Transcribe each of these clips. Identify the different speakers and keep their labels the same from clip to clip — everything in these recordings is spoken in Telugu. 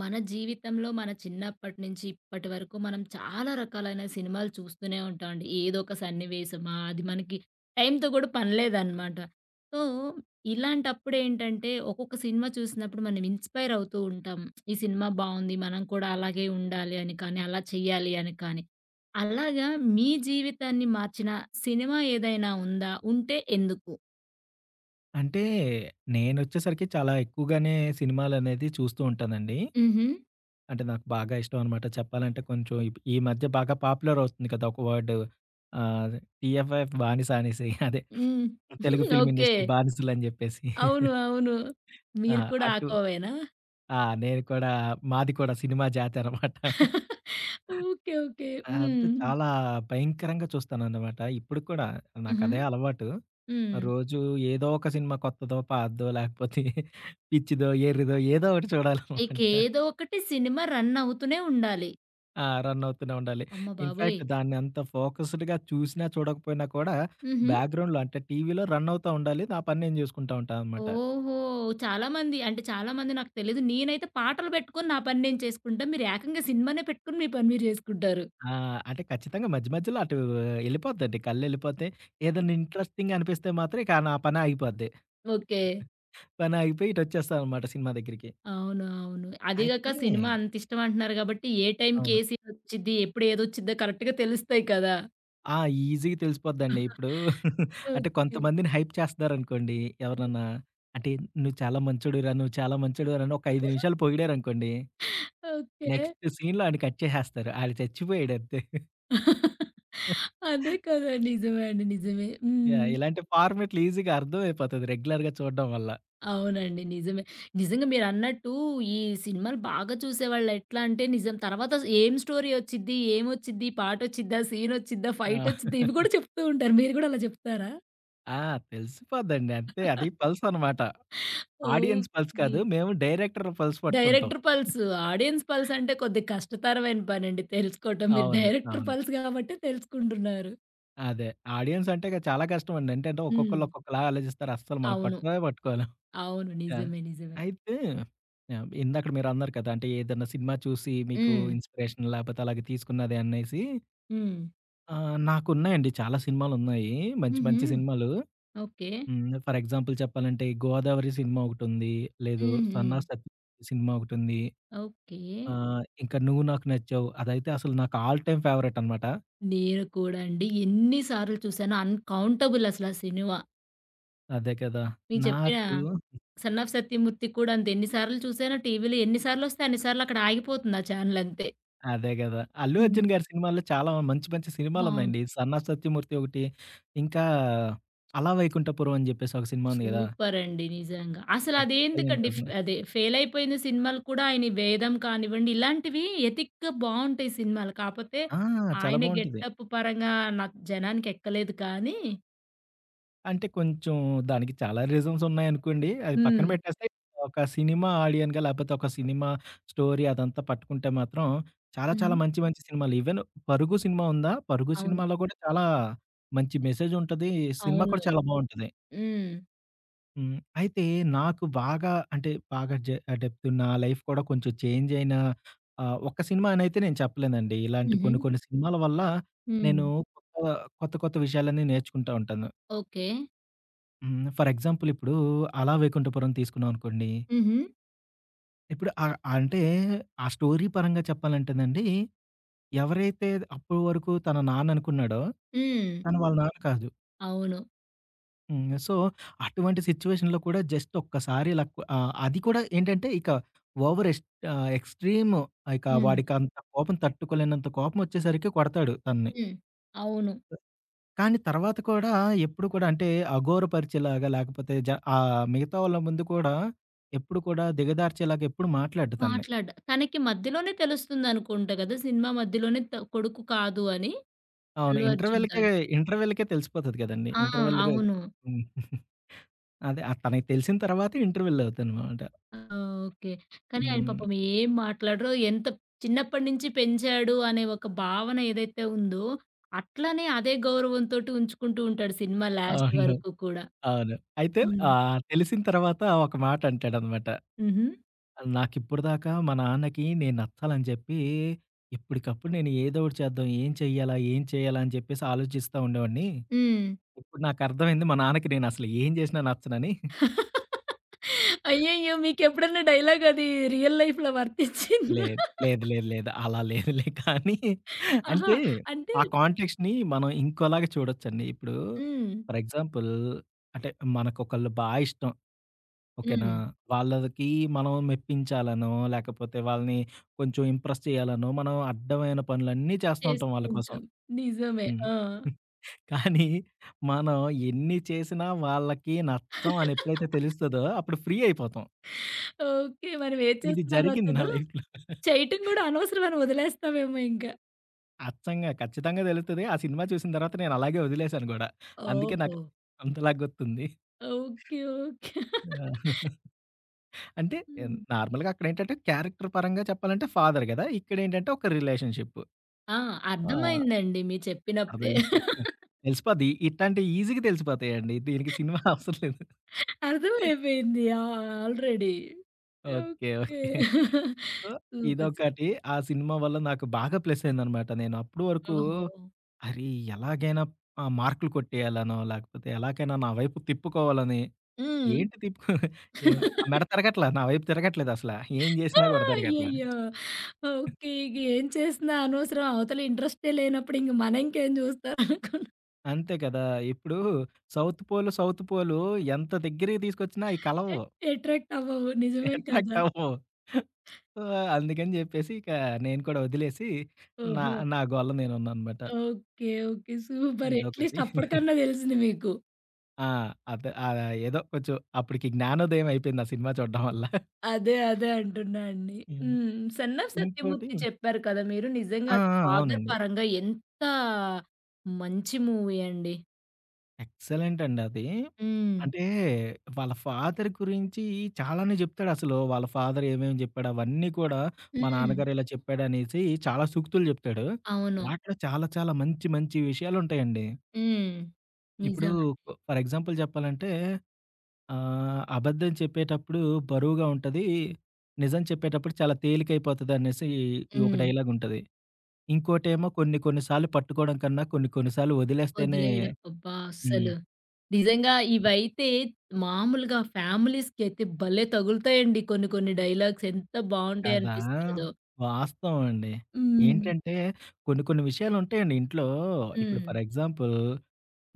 Speaker 1: మన జీవితంలో మన చిన్నప్పటి నుంచి ఇప్పటి వరకు మనం చాలా రకాలైన సినిమాలు చూస్తూనే ఉంటామండి. ఏదో ఒక సన్నివేశమా, అది మనకి టైమ్‌తో కూడా పని లేదనమాట. సో, ఇలాంటప్పుడు ఏంటంటే ఒక్కొక్క సినిమా చూసినప్పుడు మనం ఇన్‌స్పైర్ అవుతూ ఉంటాం. ఈ సినిమా బావుంది. మనం కూడా అలాగే ఉండాలి అని కానీ, అలా చేయాలి అని కానీ. అలాగా మీ జీవితాన్ని మార్చిన సినిమా ఏదైనా ఉందా? ఉంటే ఎందుకు?
Speaker 2: అంటే నేనొచ్చేసరికి చాలా ఎక్కువగానే సినిమాలనేది చూస్తూ ఉంటానండి.
Speaker 1: హుహు.
Speaker 2: అంటే నాకు బాగా ఇష్టం అనమాట. చెప్పాలంటే కొంచెం ఈ మధ్య బాగా పాపులర్ అవుతుంది కదా! ఒక వర్డ్ ఆహ్, 'టీఎఫ్ఎఫ్ బానిస' అనేసి అదే
Speaker 1: హ్మ్.
Speaker 2: Telugu film
Speaker 1: okay.
Speaker 2: ఇండస్ట్రీ బానిసలని జెప్పేసి.
Speaker 1: అవును. అవును.
Speaker 2: ఆ!
Speaker 1: మీరు కూడా ఆ
Speaker 2: అటు
Speaker 1: కోవేనా?
Speaker 2: ఆ! నేను కూడా మాది కూడా సినిమా జాతి అనమాట.
Speaker 1: ఓకే. ఓకే.
Speaker 2: అంటే
Speaker 1: హ్మ్.
Speaker 2: చాలా భయంకరంగా చూస్తానన్నమాట. ఇప్పటికి కూడా
Speaker 1: హుహు.
Speaker 2: నాకదే అలవాటు.
Speaker 1: హ్మ్.
Speaker 2: రోజు ఏదో ఒక సినిమా కొత్తదో, పాతదో లేకపోతే పిచ్చిదో, ఎర్రిదో ఏదో ఒకటి చూడాలన్నమాట.
Speaker 1: ఇకేదో ఒకటి సినిమా రన్ అవుతూనే ఉండాలి.
Speaker 2: ఆ! రన్ అవుతూనే ఉండాలి.
Speaker 1: అమ్మ
Speaker 2: ఇన్‌ఫాక్ట్
Speaker 1: బాబోయ్!
Speaker 2: దాన్ని అంత ఫోకస్డ్‌గా చూసినా, చూడకపోయినా కూడా
Speaker 1: హుహు.
Speaker 2: బ్యాక్‌గ్రౌండ్‌లో అంటే టీవీలో రన్ అవుతా ఉండాలి. నా పని నేను జూసుకుంటా ఉంటానన్నమాట.
Speaker 1: ఓహో! చాలామంది అంటే చాలామంది నాకు తెలీదు. నేనైతే పాటలు పెట్టుకొని నా పని నేను చేసుకుంటా. మీరు ఏకంగా సినిమానే పెట్టుకొని మీ పని మీరు చేసుకుంటారు.
Speaker 2: ఆ! అంటే ఖచ్చితంగా మధ్య మధ్యలో ఎళ్ళిపోద్దండి. కళ్ళెళ్ళిపోతే ఏదన్నా ఇంట్రెస్టింగ్ అనిపిస్తే మాత్రం ఇక నా పని ఆగిపోద్ది.
Speaker 1: ఓకే.
Speaker 2: పని ఆగిపోయి ఇటొచ్చేస్తానన్నమాట సినిమా దగ్గరికి.
Speaker 1: అవును. అవును. అదీగాక
Speaker 2: అయితే
Speaker 1: సినిమా అంత ఇష్టం అంటున్నారు కాబట్టి ఏ టైంకి
Speaker 2: అవును.
Speaker 1: ఏ సీన్ ఒచ్చిద్ది, ఎప్పుడు ఏదొచ్చిద్దో కరెక్ట్‌గా తెలుస్తాయి కదా!
Speaker 2: ఆ! ఈజీగా తెలిసిపోద్దండి. ఇప్పుడు అంటే
Speaker 1: ఓకే.
Speaker 2: కొంతమందిని హైప్ చేస్తున్నారనుకోండి ఎవరన్నా, అంటే "నువ్వు చాలా మంచోడివిరా, నువ్వు చాలా మంచోడివిరా" అని ఒక 5 నిమిషాలు పొగిడారనుకోండి,
Speaker 1: ఓకే.
Speaker 2: నెక్స్ట్ సీన్‌లో ఆడిని కట్ చేసేస్తారు. ఆడు చచ్చిపోయాడు అంతే.
Speaker 1: అదే కదా! నిజమే అండి. నిజమే. హ్మ్.
Speaker 2: ఇలాంటి ఫార్మాట్‌లు ఈజీగా అర్థమైపోతది రెగ్యులర్‌గా చూడడం వల్ల.
Speaker 1: అవునండి. నిజమే. నిజంగా మీరన్నట్టు ఈ సినిమాలు బాగా చూసేవాళ్ళు ఎట్లా అంటే నిజం తర్వాత ఏం స్టోరీ వచ్చిద్ది? ఏమొచ్చిద్ది? పాటొచ్చిద్దా? సీనొచ్చిద్దా?
Speaker 2: ఆ!
Speaker 1: ఫైటొచ్చిద్దా? ఇవి కూడా చెప్తూ ఉంటారు. మీరు కూడా అలా చెప్తారా?
Speaker 2: ఆ! తెలిసిపోద్దండి. అంతే అది పల్స్ అనమాట. Audience pulse
Speaker 1: okay.
Speaker 2: కాదు. మేము డైరెక్టర్ పల్స్ పట్టుకుంటాం.
Speaker 1: Director pulse. ఆడియన్స్ పల్స్ అంటే కొద్దిగా కష్టతరమైన పనండి తెలుసుకోవటం. మీరు
Speaker 2: అవును.
Speaker 1: డైరెక్టర్
Speaker 2: అవును.
Speaker 1: పల్స్ కాబట్టే తెలుసుకుంటున్నారు.
Speaker 2: అదే. ఆడియన్స్ అంటే ఇక చాలా కష్టమండి. ఏంటంటే
Speaker 1: హ్మ్.
Speaker 2: ఒక్కొక్కళ్ళు ఒక్కొక్కలాగా ఆలోచిస్తారు. అస్సలు మనం
Speaker 1: అవును.
Speaker 2: పట్టుకునే పట్టుకోలేం.
Speaker 1: అవును.
Speaker 2: యాహ్!
Speaker 1: నిజమే. నిజమే.
Speaker 2: అయితే ఇందాకడ మీరన్నారు కదా! అంటే ఏదన్నా సినిమా చూసి మీకు
Speaker 1: హ్మ్.
Speaker 2: ఇన్‌స్పిరేషన్ లేపోతే అలాగే తీసుకున్నది అనేసి.
Speaker 1: హ్మ్.
Speaker 2: నాకున్నాయండి చాలా సినిమాలున్నాయి. మంచి
Speaker 1: హుహు.
Speaker 2: మంచి సినిమాలు.
Speaker 1: ఓకే.
Speaker 2: హ్మ్. ఫర్ ఎగ్జాంపుల్ చెప్పాలంటే 'గోదావరి' సినిమా ఒకటుంది. లేదు
Speaker 1: హ్మ్. హ్మ్.
Speaker 2: 'సన్నా సతీష్' సినిమా ఒకటుంది.
Speaker 1: ఓకే.
Speaker 2: ఇంకా 'నువ్వు నాకు నచ్చావు' అదైతే అసలు నాకు ఆల్ టైమ్ ఫేవరెట్ అనమాట.
Speaker 1: నేను కూడా అండి ఎన్ని సార్లు చూసానో అన్‌కౌంటబుల్ అసల ఆ సినిమా.
Speaker 2: అదే కదా!
Speaker 1: మీకు చెప్పిన
Speaker 2: నాకు
Speaker 1: 'సన్ ఆఫ్ సత్యమూర్తి' కూడా అంతే ఎన్ని సార్లు చూసానో టీవీలో ఎన్ని సార్లొస్తే అన్ని సార్లు అక్కడ ఆగిపోతుంది ఆ ఛానెల్ అంతే.
Speaker 2: అదే గదా! 'అల్లు
Speaker 1: హ్మ్.
Speaker 2: అర్జున్' గారి సినిమాల్లో చాలా మంచి మంచి సినిమాలున్నాయండి.
Speaker 1: బావుంటది.
Speaker 2: 'సన్నా సత్యమూర్తి' ఒకటి, ఇంకా 'అల వైకుంఠపురం' అని జెప్పేసి ఒక సినిమా ఉంది గదా!
Speaker 1: సూపర్ అండి నిజంగా. అసలు
Speaker 2: ఎక్సలెంట్
Speaker 1: అదేందుకండి
Speaker 2: అసలు.
Speaker 1: అదే ఫెయిల్ అయిపోయిన సినిమాలు కూడా ఆయన ఈ 'వేదం' కానివ్వండి ఇలాంటివి ఎథిక్‌గా బావుంటాయి సినిమాలు. కాపోతే
Speaker 2: ఆ! చాలా
Speaker 1: ఆయన
Speaker 2: బావుంటది.
Speaker 1: గెటప్ పరంగా నాకు జనానికి ఎక్కలేదు కానీ
Speaker 2: అంటే కొంచెం దానికి చాలా రీజన్స్ ఉన్నాయనుకోండి. అది పక్కన
Speaker 1: హ్మ్.
Speaker 2: బెట్టేస్తే ఒక సినిమా ఆడియన్‌గా లేపోతే ఒక సినిమా స్టోరీ అదంతా పట్టుకుంటే మాత్రం చాలా చాలా
Speaker 1: హ్మ్.
Speaker 2: మంచి మంచి సినిమాలు. ఈవెన్ 'పరుగు' సినిమా ఉందా? 'పరుగు'
Speaker 1: అవును.
Speaker 2: సినిమాలో గూడా చాలా మంచి మెసేజ్ ఉంటది. సినిమా
Speaker 1: అవును.
Speaker 2: కూడా చాలా బావుంటది.
Speaker 1: హ్మ్.
Speaker 2: హ్మ్. అయితే నాకు బాగా అంటే బాగా డెప్త్ నా లైఫ్ కూడా కొంచెం చేంజ్ అయిన ఒక్క సినిమా అనైతే నేను చెప్పలేనండి. ఇలాంటి
Speaker 1: హుహు.
Speaker 2: కొన్ని కొన్ని సినిమాల వల్ల
Speaker 1: హ్మ్.
Speaker 2: నేను కొత్త, కొత్త కొత్త విషయాలన్నీ నేర్చుకుంటా ఉంటాను.
Speaker 1: ఓకే.
Speaker 2: హ్మ్. ఫర్ ఎగ్జాంపుల్ ఇప్పుడు 'అల వైకుంఠపురం' తీసుకున్నాం అనుకోండి.
Speaker 1: హుహు.
Speaker 2: ఇప్పుడు అంటే ఆ స్టోరీ పరంగా చెప్పాలంటేనండి ఎవరైతే అప్పటి వరకు తన నాన్న అనుకున్నాడో
Speaker 1: హ్మ్.
Speaker 2: తను వాళ్ళ నాన్న కాదు.
Speaker 1: అవును.
Speaker 2: హ్మ్. సో, అటువంటి సిట్యుయేషన్‌లో కూడా జస్ట్ ఒక్కసారి ఇలా అది కూడా ఏంటంటే ఇక ఓవర్ ఎక్స్ ఎక్స్‌ట్రీమ్ ఇక
Speaker 1: హ్మ్.
Speaker 2: వాడికంత కోపం తట్టుకోలేనంత కోపమొచ్చేసరికి కొడతాడు తనని.
Speaker 1: హ్మ్. అవును.
Speaker 2: కానీ తర్వాత కూడా ఎప్పుడు కూడా అంటే అఘోరపరిచేలాగా లేకపోతే మిగతా వాళ్ళ ముందు కూడా ఎప్పుడు కూడా దిగజార్చేలాగా ఎప్పుడు మాట్లాడడు తనని.
Speaker 1: మాట్లాడ తనకి మధ్యలోనే తెలుస్తుందనుకుంట గదా! సినిమా మధ్యలోనే కొడుకు కాదు అని.
Speaker 2: అవును.
Speaker 1: అల్లు అర్జున్
Speaker 2: ఇంటర్వెల్‌కే
Speaker 1: గారికి.
Speaker 2: ఇంటర్వెల్‌కే తెలిసిపోతది కదండీ.
Speaker 1: ఆ!
Speaker 2: ఇంటర్వెల్‌గా
Speaker 1: అవును.
Speaker 2: హ్మ్. అదే. తనకి తెలిసిన తర్వాత ఇంటర్వెల్ అవుద్దనమాట.
Speaker 1: ఆ! ఓకే. కానీ ఆయన
Speaker 2: హ్మ్.
Speaker 1: పాపం ఏం మాట్లాడరు. ఎంత చిన్నప్పటి నుంచి పెంచాడు అనే ఒక భావన ఏదైతే ఉందో, అట్లనే అదే గౌరవంతోటి ఉంచుకుంటూ ఉంటాడు సినిమా లాస్ట్
Speaker 2: అవును.
Speaker 1: వరకు కూడా.
Speaker 2: అవును. అయితే
Speaker 1: హ్మ్.
Speaker 2: తెలిసిన తర్వాత ఒక మాట అంటాడనమాట.
Speaker 1: హుహు.
Speaker 2: నాకిప్పటిదాకా మా నాన్నకి నేను నచ్చాలని చెప్పి, ఇప్పటికప్పుడు నేను ఏదో ఒకటి చేద్దాం, ఏం చెయ్యాలా? ఏం చేయాలా? అని చెప్పేసి ఆలోచిస్తా ఉండేవాడిని.
Speaker 1: హ్మ్.
Speaker 2: ఇప్పుడు నాకర్థమైంది మా నాన్నకి నేనసలు ఏం చేసినా నచ్చనని.
Speaker 1: అయ్యయ్యో! మీకెప్పుడన్నా డైలాగ్ అది రియల్ లైఫ్‌లో వర్తిచ్చిందా?
Speaker 2: లేదు. లేదు. లేదు. లేదు. అలా లేదులే కానీ
Speaker 1: ఆహా!
Speaker 2: అంటే
Speaker 1: అంటే
Speaker 2: ఆ కాంటెక్స్‌ని మనం ఇంకోలాగా చూడొచ్చండి. ఇప్పుడు
Speaker 1: హ్మ్.
Speaker 2: ఫర్ ఎగ్జాంపుల్ అంటే మనకొకళ్ళు ఇష్టం. ఓకేనా.
Speaker 1: హ్మ్.
Speaker 2: వాళ్ళకి మనం మెప్పించాలనో, లేకపోతే వాళ్ళని కొంచెం ఇంప్రెస్ చేయాలనో, మనం అడ్డమైన పనులన్నీ చేస్తూ ఉంటాం
Speaker 1: చేస్తూ
Speaker 2: వాళ్ళ కోసం.
Speaker 1: ఉంటాం. నిజమే.
Speaker 2: హ్మ్.
Speaker 1: ఆ!
Speaker 2: కానీ మనం ఎన్ని చేసినా వాళ్ళకి నచ్చం అని ఎప్పుడైతే తెలుస్తదో అప్పుడు ఫ్రీ అయిపోతాం.
Speaker 1: ఓకే. మనం ఏది
Speaker 2: ఇది
Speaker 1: చేస్తున్నా
Speaker 2: జరిగింది నా
Speaker 1: నచ్చదు.
Speaker 2: లైఫ్‌లో.
Speaker 1: చేయటం గూడా అనవసరమని వదిలేస్తామేమో ఇంక.
Speaker 2: అచ్చంగా ఖచ్చితంగా తెలుస్తది. ఆ సినిమా చూసిన తర్వాత నేను అలాగే వదిలేసాను గూడా. అందుకే నాకు
Speaker 1: ఓహో!
Speaker 2: అంతలా గుర్తుంది.
Speaker 1: ఓకే. ఓకే.
Speaker 2: ఆ! అంటే
Speaker 1: హ్మ్.
Speaker 2: నార్మల్‌గా అక్కడేంటంటే క్యారెక్టర్ పరంగా చెప్పాలంటే ఫాదర్ గదా! ఇక్కడేంటంటే ఒక రిలేషన్‌షిప్.
Speaker 1: ఆ!
Speaker 2: ఆ!
Speaker 1: అర్థమైందండి మీరు చెప్పినప్పుడే.
Speaker 2: అర్థమైంది. తెలిసిపోద్ది. ఇట్లాంటివి ఈజీగా తెలిసిపోతాయండి. దీనికి సినిమా అవసరం లేదు.
Speaker 1: అర్థమైపోయింది. ఆ! Already.
Speaker 2: Okay.
Speaker 1: Okay.
Speaker 2: Okay. So,
Speaker 1: super.
Speaker 2: ఇదొకటి.
Speaker 1: సూపర్.
Speaker 2: ఆ సినిమా వల్ల నాకు బాగా ప్లస్ అయిందనమాట. నేను అప్పడు వరకు
Speaker 1: ఓహో!
Speaker 2: అరే! ఎలాగైనా మార్కులు కొట్టేయాలనో, లేకపోతే ఎలాగైనా నా వైపు తిప్పుకోవాలని
Speaker 1: హ్మ్.
Speaker 2: ఏంటి తిప్పుకో ఏం ఆ మెడ తిరగట్లా. నా వైపు తిరగట్లేదసల. ఏం చేసినా కూడా తిరగట్లా.
Speaker 1: అయ్యయ్యో! ఓకే. ఇగ ఏం చేసినా అనవసరం. అవతల ఇంట్రెస్టే లేనప్పుడు ఇంక మనింకేం చూస్తారు అనుకుంటే
Speaker 2: అంతే కదా! ఇప్పుడు సౌత్ పోల్ ఎంత దగ్గరికి తీసుకొచ్చినా అయి కలవవు.
Speaker 1: అట్రాక్ట్ అవ్వవు. నిజమే
Speaker 2: అట్రాక్ట్
Speaker 1: కదా!
Speaker 2: అవ్వవు. సో, అందుకని జెప్పేసి ఇక నేను కూడా వదిలేసి నా
Speaker 1: ఓహో!
Speaker 2: నా గోల నేనున్నాననమాట.
Speaker 1: ఓకే. ఓకే. సూపర్.
Speaker 2: ఇదొకటి.
Speaker 1: అట్‌లీస్ట్ అప్పటికన్నా తెలిసింది మీకు.
Speaker 2: ఆ! అదే ఏదో కొంచెం అప్పటికి జ్ఞానోదయం అయిపోయింది ఆ సినిమా చూడడం వల్ల.
Speaker 1: అదే. అదే అంటున్నా అండి.
Speaker 2: హ్మ్.
Speaker 1: హ్మ్. 'సన్న
Speaker 2: ఇంకోటి
Speaker 1: సత్యమూర్తి' చెప్పారు కదా మీరు. నిజంగా
Speaker 2: ఆ!
Speaker 1: అది
Speaker 2: ఆ!
Speaker 1: ఫాదర్
Speaker 2: అవునండి.
Speaker 1: పరంగా ఎంత మంచి మూవీ అండి.
Speaker 2: ఎక్సలెంట్ అండి అది.
Speaker 1: హ్మ్.
Speaker 2: అంటే వాళ్ళ ఫాదర్ గురించి చాలానే జెప్తాడసలు. వాళ్ళ ఫాదర్ ఏమేమి జెప్పాడు అవన్నీ కూడా మా
Speaker 1: హ్మ్.
Speaker 2: నాన్నగారు ఇలా చెప్పాడనేసి చాలా సూక్తులు జెప్తాడు.
Speaker 1: అవును.
Speaker 2: వాటిలో చాలా చాలా మంచి మంచి విషయాలుంటాయండి.
Speaker 1: హ్మ్.
Speaker 2: ఇప్పుడు
Speaker 1: నిజమే.
Speaker 2: ఫర్ ఎగ్జాంపుల్ జెప్పాలంటే అబద్ధం చెప్పేటప్పుడు బరువుగా ఉంటది. నిజం చెప్పేటప్పుడు చాలా తేలికైపోతదనేసి ఒక
Speaker 1: హ్మ్.
Speaker 2: డైలాగుంటది. ఇంకోటేమో కొన్ని కొన్ని సార్లు పట్టుకోవడం కన్నా కొన్ని కొన్ని సార్లు వదిలేస్తేనే
Speaker 1: వదిలేయడం. అబ్బా!
Speaker 2: హ్మ్.
Speaker 1: అస్సలు. నిజంగా ఇవైతే మామూలుగా ఫ్యామిలీస్‌కైతే భలే తగులుతాయండి కొన్ని కొన్ని డైలాగ్స్. ఎంత బావుంటాయి
Speaker 2: కదా!
Speaker 1: అనిపిస్తదో.
Speaker 2: వాస్తవం అండి.
Speaker 1: హ్మ్.
Speaker 2: ఏంటంటే కొన్ని కొన్ని విషయాలుంటాయండి ఇంట్లో. ఇప్పుడు
Speaker 1: హ్మ్.
Speaker 2: ఫర్ ఎగ్జాంపుల్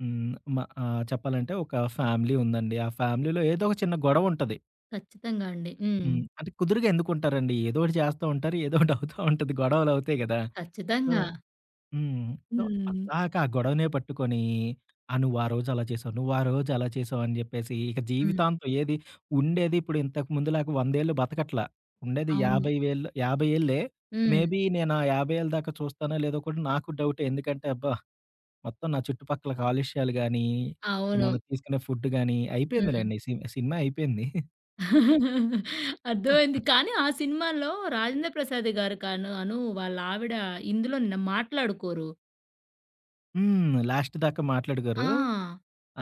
Speaker 2: హ్మ్. మ చెప్పాలంటే ఒక ఫ్యామిలీ ఉందండి. ఆ ఫ్యామిలీలో ఏదో ఒక చిన్న గొడవుంటది.
Speaker 1: ఖచ్చితంగా అండి. హ్మ్.
Speaker 2: హ్మ్. అంటే కుదురుగా ఎందుకుంటారండి? ఏదో ఒకటి చేస్తా ఉంటారు. ఏదో ఒకటి అవుతా ఉంటది. గొడవలవుతాయి గదా! సో
Speaker 1: ఖచ్చితంగా.
Speaker 2: హ్మ్. సో,
Speaker 1: హ్మ్.
Speaker 2: పద్దాక ఆ గొడవనే పట్టుకొని, ఆ "నువ్వు ఆ రోజు అలా చేసావు, నువ్వు ఆ రోజు అలా చేసావు" అని చెప్పేసి ఇక
Speaker 1: హ్మ్.
Speaker 2: జీవితాంతం ఏది ఉండేది ఇప్పుడు ఇంతకు ముందులాగా 100 ఏళ్ళు బతకట్లా. ఉండేది
Speaker 1: అవును.
Speaker 2: 50,000 50 ఏళ్ళే.
Speaker 1: హ్మ్.
Speaker 2: మేబీ నేను ఆ 50 ఏళ్ళ దాకా చూస్తానో లేదో కూడా నాకు డౌటే. ఎందుకంటే అబ్బా! మొత్తం నా చుట్టుపక్కల కాలుష్యాలు గానీ,
Speaker 1: అవును.
Speaker 2: మనం తీసుకునే ఫుడ్ గానీ
Speaker 1: హ్మ్.
Speaker 2: అయిపోయిందిలేండి. సినిమా అయిపోయింది.
Speaker 1: అర్థమైంది. కానీ ఆ సినిమాలో రాజేంద్ర ప్రసాద్ గారు కాను అను వాళ్ళ ఆవిడ ఇందులో మాట్లాడుకోరు.
Speaker 2: హ్మ్. లాస్ట్ దాకా
Speaker 1: ఆ!
Speaker 2: మాట్లాడుకోరు.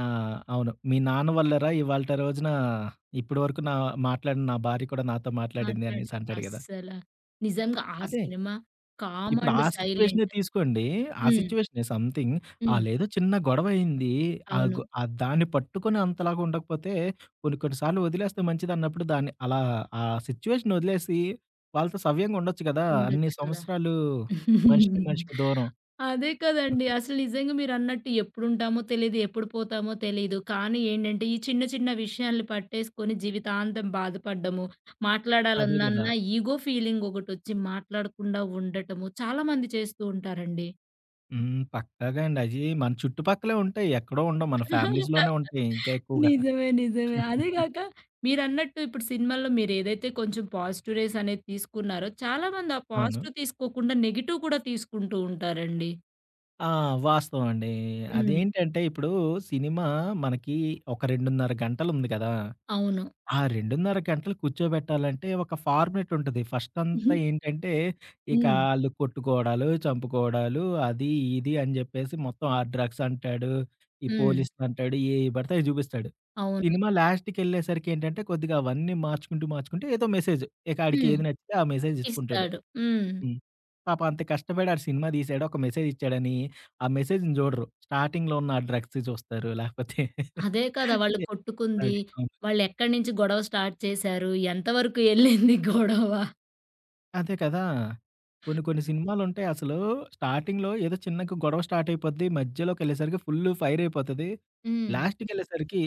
Speaker 2: ఆ! అవును. మీ నాన్న వల్లరా ఇవాల్టి రోజున ఇప్పటి వరకు నా మాట్లాడిన నా భార్య కూడా నాతో మాట్లాడింది
Speaker 1: మాట్లాడి
Speaker 2: అనేసి అంటాడు గదా!
Speaker 1: అస్సల. నిజంగా ఆ
Speaker 2: అదే
Speaker 1: సినిమా కామ్
Speaker 2: ఇప్పుడు
Speaker 1: అండ్
Speaker 2: ఆ సిట్యుయేషనే
Speaker 1: సైలెంట్.
Speaker 2: తీసుకోండి. ఆ
Speaker 1: హ్మ్.
Speaker 2: సిట్యుయేషనే సంథింగ్
Speaker 1: హ్మ్.
Speaker 2: ఆళ్ళేదో చిన్న గొడవయింది.
Speaker 1: అవును.
Speaker 2: ఆ దాన్ని పట్టుకొని అంతలాగా ఉండకపోతే కొన్ని కొన్ని సార్లు వదిలేస్తే మంచిదన్నప్పుడు దాన్ని అలా ఆ సిట్యుయేషన్ వదిలేసి వాళ్ళతో సవ్యంగా ఉండొచ్చు గదా! అన్ని
Speaker 1: ఉండొచ్చు కదా!
Speaker 2: సంవత్సరాలు మనిషికి మనిషికి దూరం.
Speaker 1: అదే కదండీ. అసలు నిజంగా మీరన్నట్టు ఎప్పుడుంటామో తెలీదు, ఎప్పుడు పోతామో తెలీదు. కానీ ఏంటంటే, ఈ చిన్న చిన్న విషయాల్ని పట్టేసుకొని జీవితాంతం బాధపడ్డము,
Speaker 2: అదే గదా!
Speaker 1: మాట్లాడాలన్నా ఈగో ఫీలింగ్ ఒకటొచ్చి మాట్లాడకుండా ఉండటము చాలామంది చేస్తూ ఉంటారండి.
Speaker 2: హ్మ్. పక్కాగా అండి. అయ్యి మన చుట్టుపక్కలే ఉంటాయి. ఎక్కడో ఉండవు. మన ఫ్యామిలీస్‌లోనే ఉంటాయి ఇంకా ఎక్కువగా.
Speaker 1: నిజమే. నిజమే. అదే గాక మీరన్నట్టు ఇప్పుడు సినిమాల్లో మీరేదైతే కొంచెం పాజిటివ్ రేస్ అనేది తీసుకున్నారో, చాలామంది ఆ
Speaker 2: అవును.
Speaker 1: పాజిటివ్ తీసుకోకుండా నెగెటివ్ కూడా తీసుకుంటూ ఉంటారండి.
Speaker 2: ఆ! వాస్తవం అండి.
Speaker 1: హ్మ్.
Speaker 2: అదేంటంటే ఇప్పుడు సినిమా మనకి ఒక 2:30 గంటలుంది కదా!
Speaker 1: అవును.
Speaker 2: ఆ 2:30 గంటలు కూర్చోబెట్టాలంటే ఒక ఫార్మాట్ ఉంటది. ఫస్ట్ అంతా ఏంటంటే ఇక
Speaker 1: హ్మ్.
Speaker 2: ఆళ్ళు కొట్టుకోవడాలు, చంపుకోవడాలు అది, ఇది అని జెప్పేసి మొత్తం ఆ డ్రగ్స్ అంటాడు, ఈ
Speaker 1: హ్మ్.
Speaker 2: పోలీసులంటాడు, ఏయి పడితే అయి జూపిస్తాడు.
Speaker 1: అవును.
Speaker 2: సినిమా లాస్ట్‌కెళ్ళేసరికి ఏంటంటే కొద్దిగా అవన్నీ మార్చుకుంటూ, మార్చుకుంటూ ఏదో మెసేజ్ ఇక ఆడికి
Speaker 1: హ్మ్.
Speaker 2: ఏది నచ్చితే ఆ మెసేజ్ ఇచ్చుకుంటాడు.
Speaker 1: ఇస్తాడు. హ్మ్.
Speaker 2: హ్మ్. పాపం అంత కష్టపడి ఆడు సినిమా తీసాడు. ఒక మెసేజ్ ఇచ్చాడని ఆ మెసేజ్‌ని జూడరు. స్టార్టింగ్‌లో ఉన్న ఆ డ్రగ్స్ జూస్తారు. లేకపోతే
Speaker 1: అదే కదా! వాళ్ళు కొట్టుకుంది, వాళ్ళెక్కడి నుంచి గొడవ స్టార్ట్ చేశారు, ఎంతవరకు ఎళ్ళింది గొడవ.
Speaker 2: అదే కదా! కొన్ని కొన్ని సినిమాలుంటాయి అసలు స్టార్టింగ్‌లో ఏదో చిన్నగా గొడవ స్టార్ట్ అయిపోద్ది. మధ్యలోకెళ్ళేసరికి ఫుల్ ఫైర్ అయిపోతది.
Speaker 1: హ్మ్.
Speaker 2: లాస్ట్‌కెళ్ళేసరికి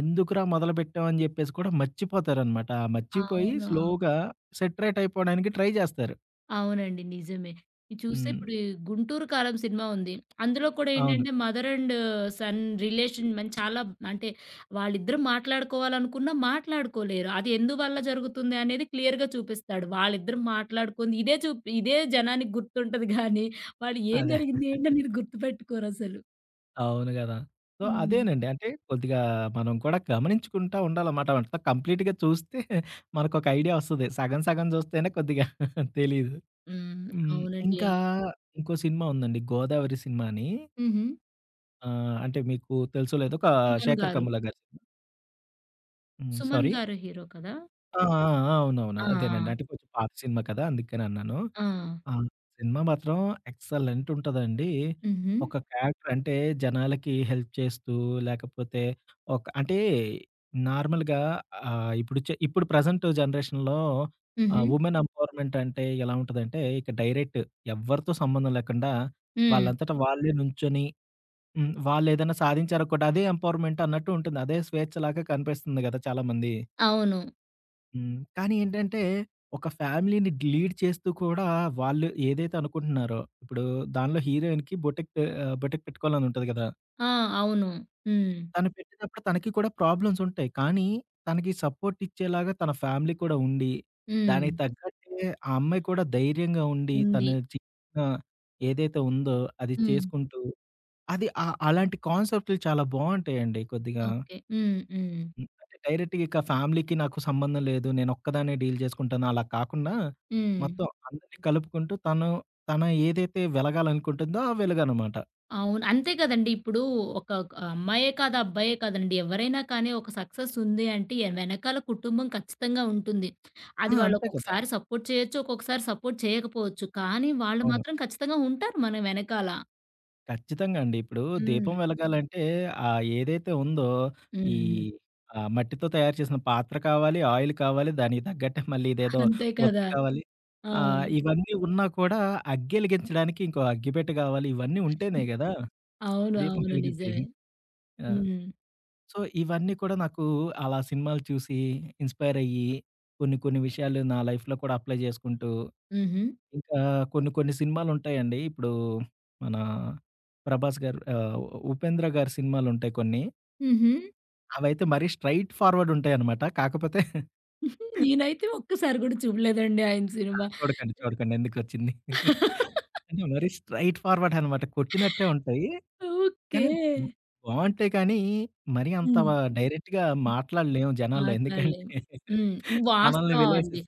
Speaker 2: ఎందుకురా మొదలుపెట్టాం అని జెప్పేసి కూడా మర్చిపోతారనమాట. ఆ మర్చిపోయి
Speaker 1: అవును.
Speaker 2: స్లోగా సెటరేట్ అయిపోవడానికి ట్రై జేస్తారు.
Speaker 1: అవునండి. నిజమే. ఇది చూస్తే
Speaker 2: హ్మ్.
Speaker 1: ఇప్పుడు ఈ 'గుంటూరు కారం' సినిమా ఉంది. అందులో కూడా
Speaker 2: అవును.
Speaker 1: ఏంటంటే మదర్ అండ్ సన్ రిలేషన్ మన్ చాలా అంటే వాళ్ళిద్దరూ మాట్లాడుకోవాలనుకున్నా మాట్లాడుకోలేరు. అది ఎందువల్ల జరుగుతుంది అనేది క్లియర్‌గా చూపిస్తాడు. వాళ్ళిద్దరూ మాట్లాడుకుంది ఇదే చూప్ ఇదే జనానికి గుర్తుంటది గానీ, వాళ్ళు ఏం
Speaker 2: అదే.
Speaker 1: జరిగింది ఏంటనేది గుర్తుపెట్టుకోరసలు.
Speaker 2: అవును గదా! సో,
Speaker 1: హ్మ్.
Speaker 2: అదేనండి. అంటే కొద్దిగా మనం కూడా గమనించుకుంటా ఉండాలన్నమాట. అంతా కంప్లీట్‌గా చూస్తే మనకొక ఐడియా వస్తది. సగం సగం జూస్తేనే కొద్దిగా తెలీదు.
Speaker 1: హ్మ్.
Speaker 2: హ్మ్.
Speaker 1: అవునండి.
Speaker 2: ఇంకా
Speaker 1: అవును.
Speaker 2: ఇంకో సినిమా ఉందండి. 'గోదావరి' సినిమా అని.
Speaker 1: హుహు.
Speaker 2: అంటే మీకు తెలుసో లేదో
Speaker 1: సుమన్
Speaker 2: 'శేఖర్
Speaker 1: గారు.
Speaker 2: కమ్ముల' గారి సినిమా. హ్మ్. సారీ.
Speaker 1: సుమన్ గారు హీరో కదా!
Speaker 2: ఆ! ఆ! ఆ! అవునవును.
Speaker 1: ఆ!
Speaker 2: అదేనండి.
Speaker 1: ఆ!
Speaker 2: అంటే కొంచెం పాత సినిమా కదా! అందుకని అన్నాను.
Speaker 1: ఆ!
Speaker 2: ఆ! సినిమా మాత్రం ఎక్సలెంట్ ఉంటదండి.
Speaker 1: హుహు.
Speaker 2: ఒక క్యారెక్టర్ అంటే జనాలకి హెల్ప్ చేస్తూ, లేకపోతే ఒక అంటే నార్మల్‌గా ఇప్పుడు ఇప్పుడు ప్రెజెంట్ జనరేషన్‌లో
Speaker 1: హుహు.
Speaker 2: వుమెన్ ఎంపవర్మెంట్ అంటే ఎలా ఉంటదంటే, ఇక డైరెక్ట్ ఎవ్వరితో సంబంధం లేకుండా
Speaker 1: హ్మ్.
Speaker 2: వాళ్ళంతట వాళ్ళే నుంచొని హ్మ్. వాళ్ళేదైనా సాధించారు కూడా అదే ఎంపవర్మెంట్ అన్నట్టు ఉంటుంది. అదే స్వేచ్ఛలాగా కనిపిస్తుంది గదా! చాలామంది.
Speaker 1: అవును.
Speaker 2: హ్మ్. కానీ ఏంటంటే, ఒక ఫ్యామిలీని లీడ్ చేస్తూ కూడా వాళ్ళు ఏదైతే అనుకుంటున్నారో, ఇప్పుడు దానిలో హీరోయిన్‌కి బొటిక్ బొటిక్ పెట్టుకోవాలని ఉంటది కదా!
Speaker 1: ఆ! అవును. హ్మ్.
Speaker 2: తను పెట్టినప్పుడు తనకి కూడా ప్రాబ్లమ్స్ ఉంటాయి. కానీ తనకి సపోర్ట్ ఇచ్చేలాగా తన ఫ్యామిలీ కూడా ఉండి,
Speaker 1: హ్మ్.
Speaker 2: దానికి తగ్గట్టే ఆ అమ్మాయి కూడా ధైర్యంగా ఉండి,
Speaker 1: ఉంది.
Speaker 2: తను చిన్న ఏదైతే ఉందో అది
Speaker 1: హ్మ్.
Speaker 2: చేసుకుంటూ అది అలాంటి కాన్సెప్ట్‌లు చాలా బావుంటాయండి కొద్దిగా.
Speaker 1: ఓకే. హ్మ్. హ్మ్.
Speaker 2: హ్మ్. అంటే డైరెక్ట్‌గా ఇక ఫ్యామిలీకి నాకు సంబంధం లేదు. నేనొక్కదాన్నే డీల్ చేసుకుంటాను. అలా కాకుండా
Speaker 1: హ్మ్.
Speaker 2: మొత్తం అందరిని కలుపుకుంటూ తను తన ఏదైతే వెలగాలనుకుంటుందో ఆ వెలుగనమాట.
Speaker 1: అవును. అంతే కదండీ! ఇప్పుడు ఒక అమ్మాయే కాదు, అబ్బాయే కాదండి. ఎవరైనా కానీ ఒక సక్సెస్ ఉంది అంటే వెనకాల కుటుంబం ఖచ్చితంగా ఉంటుంది.
Speaker 2: ఆ!
Speaker 1: అది వాళ్ళు
Speaker 2: అంతే కదా!
Speaker 1: ఒక్కొక్కసారి సపోర్ట్ చేయొచ్చు, ఒక్కొక్కసారి సపోర్ట్ చేయకపోవచ్చు. కానీ వాళ్ళు
Speaker 2: అవును.
Speaker 1: మాత్రం ఖచ్చితంగా ఉంటారు మన వెనకాల.
Speaker 2: ఖచ్చితంగా అండి. ఇప్పుడు దీపం
Speaker 1: హ్మ్.
Speaker 2: వెలగాలంటే ఏదైతే ఉందో ఈ
Speaker 1: హ్మ్.
Speaker 2: మట్టితో తయారు చేసిన పాత్ర కావాలి, ఆయిల్ కావాలి, దానికి తగ్గట్టే మళ్ళీ ఇదేదో
Speaker 1: అంతే
Speaker 2: ఒత్తి
Speaker 1: కదా!
Speaker 2: కావాలి.
Speaker 1: ఆ!
Speaker 2: ఇవన్నీ ఉన్నా కూడా అగ్గెలిగించడానికి ఇంకో అగ్గిపెట్టె కావాలి. ఇవన్నీ ఉంటేనే గదా!
Speaker 1: అవును.
Speaker 2: దీపం
Speaker 1: అవును.
Speaker 2: వెలుగుద్ది.
Speaker 1: నిజమే.
Speaker 2: ఆ!
Speaker 1: హ్మ్.
Speaker 2: సో, ఇవన్నీ కూడా నాకు అలా సినిమాలు చూసి ఇన్‌స్పైర్ అయ్యి, కొన్ని కొన్ని విషయాలు నా లైఫ్‌లో కూడా అప్లై చేసుకుంటూ,
Speaker 1: హుహు.
Speaker 2: ఇంకా కొన్ని కొన్ని సినిమాలుంటాయండి. ఇప్పుడు మన 'ప్రభాస్' గారు 'ఉపేంద్ర' గారి సినిమాలుంటాయి కొన్ని.
Speaker 1: హుహు.
Speaker 2: అవైతే మరీ స్ట్రెయిట్ ఫార్వర్డ్ ఉంటాయనమాట. కాకపోతే
Speaker 1: నేనైతే ఒక్కసారి కూడా చూడలేదండి ఆయన
Speaker 2: ఆ!
Speaker 1: సినిమా.
Speaker 2: చూడకండి. చూడకండి. ఎందుకొచ్చింది. అంటే మరీ స్ట్రెయిట్ ఫార్వర్డ్ అనమాట. కొట్టినట్టే ఉంటాయి.
Speaker 1: ఓకే.
Speaker 2: కానీ హ్మ్, బావుంటాయి కానీ, మరీ అంత
Speaker 1: హ్మ్.
Speaker 2: డైరెక్ట్‌గా
Speaker 1: హ్మ్.
Speaker 2: మాట్లాడలేము జనాల్లో. ఎందుకంటే
Speaker 1: మాట్లాడలేము. హ్మ్.
Speaker 2: మనల్ని
Speaker 1: వాస్తవం అండి.
Speaker 2: విలేసేస్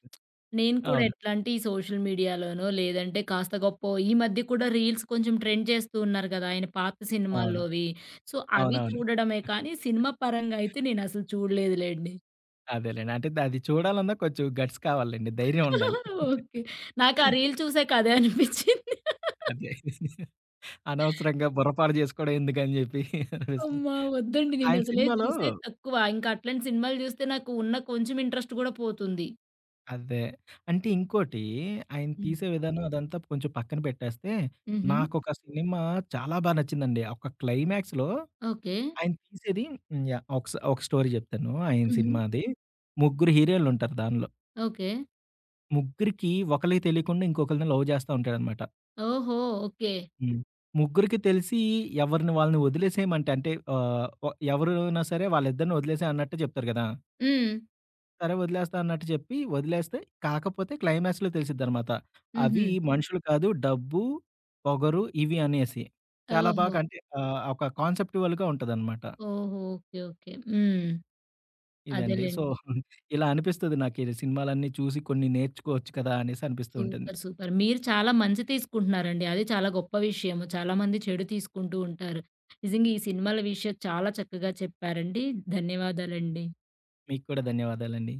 Speaker 1: నేను కూడా
Speaker 2: అవును.
Speaker 1: ఎట్లా అంటే ఈ సోషల్ మీడియాలోనో లేదంటే కాస్త గొప్పో ఈ మధ్య కూడా రీల్స్ కొంచెం ట్రెండ్ చేస్తూ ఉన్నారు కదా! ఆయన పాత
Speaker 2: అవును.
Speaker 1: సినిమాల్లోవి. సో, అవి
Speaker 2: అవునవును.
Speaker 1: చూడడమే కానీ సినిమా పరంగా అయితే నేనసలు చూడలేదులెండి.
Speaker 2: అదేలెండి. అంటే అది చూడాలన్నా కొంచెం గట్స్ కావాలండి. ధైర్యం ఉండాలి.
Speaker 1: ఓకే. నాకు ఆ రీల్ చూసాక అదే అనిపిచ్చింది.
Speaker 2: అదే. అనవసరంగా బుర్రపాడు చేసుకోవడం ఎందుకని చెప్పి అనిపిస్తుంది.
Speaker 1: అమ్మా! వద్దండి.
Speaker 2: ఆయన
Speaker 1: నేనసలే
Speaker 2: సినిమాలో
Speaker 1: చూసేది తక్కువ. ఇంకా అట్లాంటి సినిమాలు జూస్తే నాకు ఉన్న కొంచెం ఇంట్రెస్ట్ గూడా పోతుంది.
Speaker 2: అదే. అంటే ఇంకోటి ఆయన
Speaker 1: హ్మ్.
Speaker 2: తీసే విధానం అదంతా కొంచెం పక్కన పెట్టేస్తే,
Speaker 1: హుహు.
Speaker 2: నాకొక సినిమా చాలా నచ్చిందండి. ఒక క్లైమాక్స్‌లో
Speaker 1: ఓకే.
Speaker 2: ఆయన తీసేది హ్మ్. యాహ్! ఒక స్టోరీ చెప్తాను. ఆయన
Speaker 1: హుహు.
Speaker 2: సినిమాది. ముగ్గురు హీరోలుంటారు దానిలో.
Speaker 1: ఓకే.
Speaker 2: ముగ్గురికి ఒకళ్ళకి తెలియకుండా ఇంకొకళ్ళని లవ్ చేస్తా ఉంటాడనమాట.
Speaker 1: ఓహో! ఓకే.
Speaker 2: హ్మ్. ముగ్గురికి తెలిసి ఎవరిని వాళ్ళని వదిలేసేయమంటే అంటే ఎవరైనా సరే వాళ్ళిద్దరిని వదిలేసేయి అన్నట్టు చెప్తారు గదా!
Speaker 1: హ్మ్.
Speaker 2: సరే వదిలేస్తా అన్నట్టు చెప్పి వదిలేస్తే కాకపోతే క్లైమాక్స్‌లో తెలిసిద్దనమాట. అవి
Speaker 1: హుహు.
Speaker 2: మనుషులు కాదు డబ్బు, పొగరు ఇవి అనేసి. చాలా
Speaker 1: ఓహో!
Speaker 2: బాగా అంటే ఒక కాన్సెప్టువల్‌గా ఉంటదనమాట.
Speaker 1: ఓహో! ఓకే. ఓకే. హ్మ్.
Speaker 2: ఇదండి. సో,
Speaker 1: అదేలెండి.
Speaker 2: ఇలా అనిపిస్తది నాకు ఈ సినిమాలన్నీ చూసి కొన్ని నేర్చుకోవచ్చు కదా! అనేసి అనిపిస్తూ ఉంటుంది.
Speaker 1: సూపర్. సూపర్. మీరు చాలా మంచి తీసుకుంటున్నారండి. అది చాలా గొప్ప విషయము. చాలామంది చెడు తీసుకుంటూ ఉంటారు. నిజంగా ఈ సినిమాల విషయం చాలా చక్కగా చెప్పారండి. ధన్యవాదాలండి.
Speaker 2: మీకు కూడా ధన్యవాదాలండి.